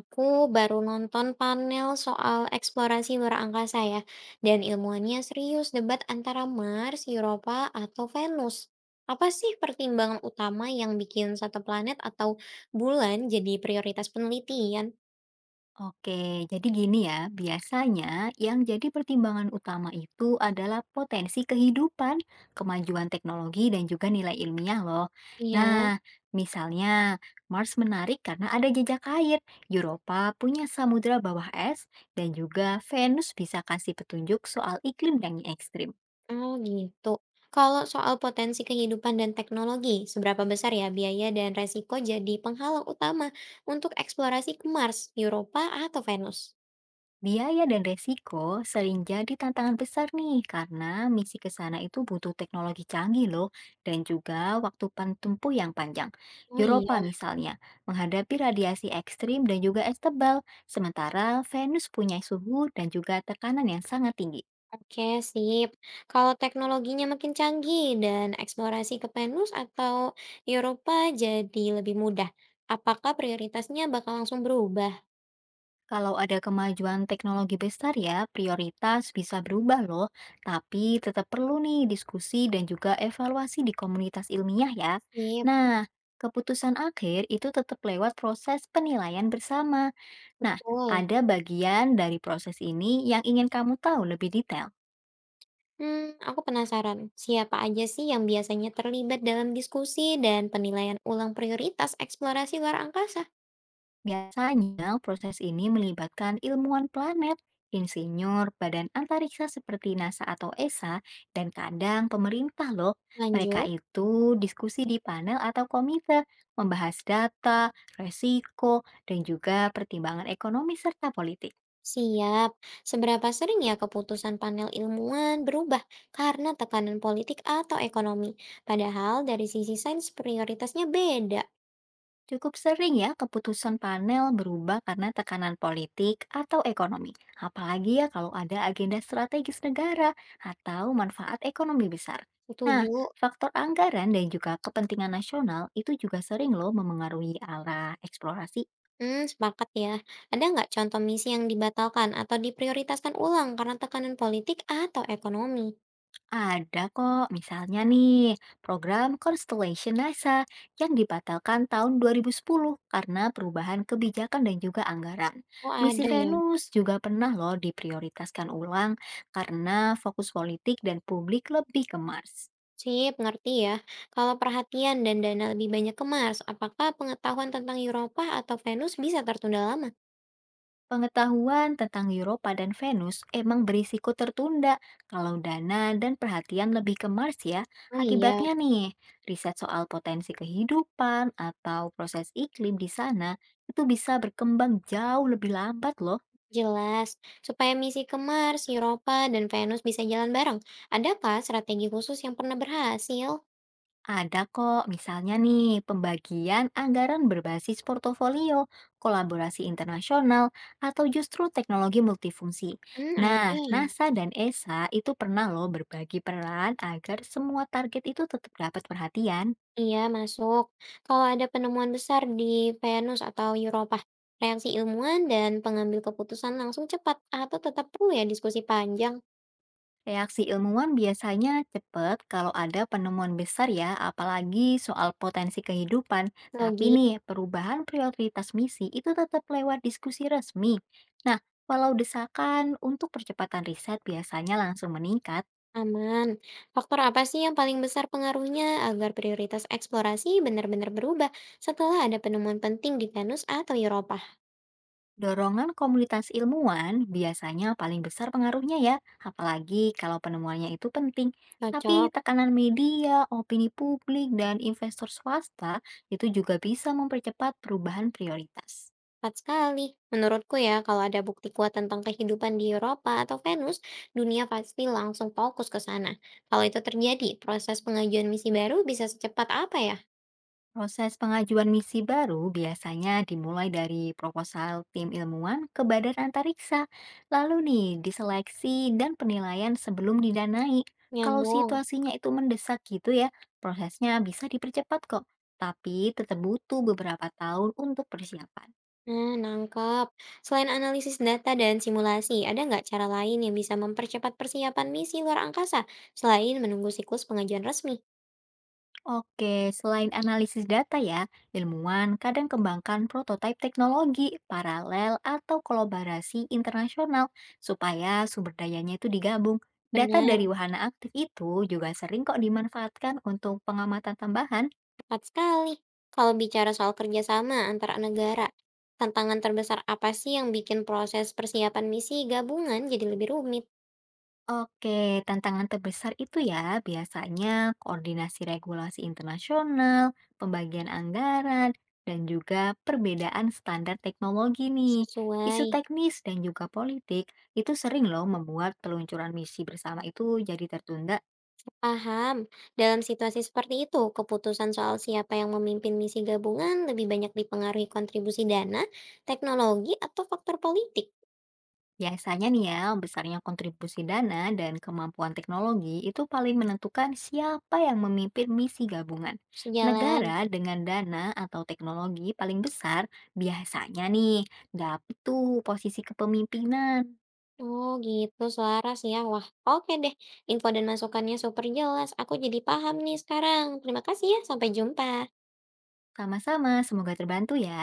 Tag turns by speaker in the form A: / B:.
A: Aku baru nonton panel soal eksplorasi luar angkasa ya, dan ilmuwannya serius debat antara Mars, Europa, atau Venus. Apa sih pertimbangan utama yang bikin satu planet atau bulan jadi prioritas penelitian?
B: Oke, jadi gini ya, biasanya yang jadi pertimbangan utama itu adalah potensi kehidupan, kemajuan teknologi, dan juga nilai ilmiah loh.
A: Iya,
B: Nah, misalnya Mars menarik karena ada jejak air, Europa punya samudra bawah es, dan juga Venus bisa kasih petunjuk soal iklim yang ekstrim.
A: oh gitu. Kalau soal potensi kehidupan dan teknologi, seberapa besar ya biaya dan resiko jadi penghalang utama untuk eksplorasi ke Mars, Europa, atau Venus?
B: Biaya dan resiko sering jadi tantangan besar nih karena misi ke sana itu butuh teknologi canggih loh dan juga waktu tempuh yang panjang.
A: Oh iya.
B: Eropa misalnya menghadapi radiasi ekstrim dan juga es tebal, sementara Venus punya suhu dan juga tekanan yang sangat tinggi.
A: Oke, sip. Kalau teknologinya makin canggih dan eksplorasi ke Venus atau Europa jadi lebih mudah, apakah prioritasnya bakal langsung berubah?
B: Kalau ada kemajuan teknologi besar ya, prioritas bisa berubah loh, tapi tetap perlu nih diskusi dan juga evaluasi di komunitas ilmiah ya.
A: Sip,
B: Nah, keputusan akhir itu tetap lewat proses penilaian bersama. Nah,
A: betul.
B: ada bagian dari proses ini yang ingin kamu tahu lebih detail.
A: Hmm, aku penasaran, siapa aja sih yang biasanya terlibat dalam diskusi dan penilaian ulang prioritas eksplorasi luar angkasa?
B: Biasanya, proses ini melibatkan ilmuwan planet, insinyur, badan antariksa seperti NASA atau ESA, dan kadang pemerintah loh. Mereka
A: Lanjut.
B: itu diskusi di panel atau komite, membahas data, resiko, dan juga pertimbangan ekonomi serta politik.
A: Siap. Seberapa sering ya keputusan panel ilmuwan berubah karena tekanan politik atau ekonomi? Padahal dari sisi sains prioritasnya beda.
B: Cukup sering ya keputusan panel berubah karena tekanan politik atau ekonomi. Apalagi ya kalau ada agenda strategis negara atau manfaat ekonomi besar. Nah,
A: Setuju?
B: faktor anggaran dan juga kepentingan nasional itu juga sering loh memengaruhi arah eksplorasi.
A: Hmm, sepakat ya. Ada nggak contoh misi yang dibatalkan atau diprioritaskan ulang karena tekanan politik atau ekonomi?
B: Ada kok, misalnya nih, program Constellation NASA yang dibatalkan tahun 2010 karena perubahan kebijakan dan juga anggaran.
A: Oh,
B: Misi
A: ada ya.
B: Venus juga pernah loh diprioritaskan ulang karena fokus politik dan publik lebih ke Mars.
A: Sip, ngerti ya. Kalau perhatian dan dana lebih banyak ke Mars, apakah pengetahuan tentang Europa atau Venus bisa tertunda lama?
B: Pengetahuan tentang Europa dan Venus emang berisiko tertunda kalau dana dan perhatian lebih ke Mars ya.
A: Oh iya,
B: Akibatnya nih, riset soal potensi kehidupan atau proses iklim di sana itu bisa berkembang jauh lebih lambat loh.
A: jelas, supaya misi ke Mars, Europa, dan Venus bisa jalan bareng. Adakah strategi khusus yang pernah berhasil?
B: Ada kok, misalnya nih, pembagian anggaran berbasis portofolio, kolaborasi internasional, atau justru teknologi multifungsi.
A: Hmm,
B: Nah,
A: ada ya.
B: NASA dan ESA itu pernah loh berbagi peran agar semua target itu tetap dapat perhatian.
A: Iya, masuk. Kalau ada penemuan besar di Venus atau Europa, reaksi ilmuwan dan pengambil keputusan langsung cepat atau tetap perlu ya diskusi panjang?
B: Reaksi ilmuwan biasanya cepat kalau ada penemuan besar ya, apalagi soal potensi kehidupan. Tapi
A: Logis,
B: nih, perubahan prioritas misi itu tetap lewat diskusi resmi. Nah, walau desakan untuk percepatan riset biasanya langsung meningkat,
A: aman. Faktor apa sih yang paling besar pengaruhnya agar prioritas eksplorasi benar-benar berubah setelah ada penemuan penting di Venus atau Europa?
B: dorongan komunitas ilmuwan biasanya paling besar pengaruhnya ya, apalagi kalau penemuannya itu penting. Tapi
A: Cocok.
B: tekanan media, opini publik, dan investor swasta itu juga bisa mempercepat perubahan prioritas.
A: Tepat sekali. Menurutku ya, kalau ada bukti kuat tentang kehidupan di Eropa atau Venus, dunia pasti langsung fokus ke sana. Kalau itu terjadi, proses pengajuan misi baru bisa secepat apa ya?
B: Proses pengajuan misi baru biasanya dimulai dari proposal tim ilmuwan ke badan antariksa, lalu nih diseleksi dan penilaian sebelum didanai. Kalau
A: Nyambung.
B: situasinya itu mendesak gitu ya, prosesnya bisa dipercepat kok, tapi tetap butuh beberapa tahun untuk persiapan.
A: Nah, nangkep. Selain analisis data dan simulasi, ada nggak cara lain yang bisa mempercepat persiapan misi luar angkasa selain menunggu siklus pengajuan resmi?
B: Oke, selain analisis data ya, ilmuwan kadang kembangkan prototipe teknologi paralel atau kolaborasi internasional supaya sumber dayanya itu digabung. Data
A: Benar.
B: dari wahana aktif itu juga sering kok dimanfaatkan untuk pengamatan tambahan.
A: Tepat sekali. Kalau bicara soal kerjasama antara negara, tantangan terbesar apa sih yang bikin proses persiapan misi gabungan jadi lebih rumit?
B: Oke, tantangan terbesar itu ya biasanya koordinasi regulasi internasional, pembagian anggaran, dan juga perbedaan standar teknologi nih.
A: Sesuai.
B: Isu teknis dan juga politik itu sering loh membuat peluncuran misi bersama itu jadi tertunda.
A: Paham. Dalam situasi seperti itu, keputusan soal siapa yang memimpin misi gabungan lebih banyak dipengaruhi kontribusi dana, teknologi, atau faktor politik.
B: Biasanya nih ya, besarnya kontribusi dana dan kemampuan teknologi itu paling menentukan siapa yang memimpin misi gabungan.
A: Sejalan.
B: Negara dengan dana atau teknologi paling besar biasanya nih dapat tuh posisi kepemimpinan.
A: Oh gitu, selaras ya. Wah, oke deh. Info dan masukannya super jelas. Aku jadi paham nih sekarang. Terima kasih ya. Sampai jumpa.
B: Sama-sama, semoga terbantu ya.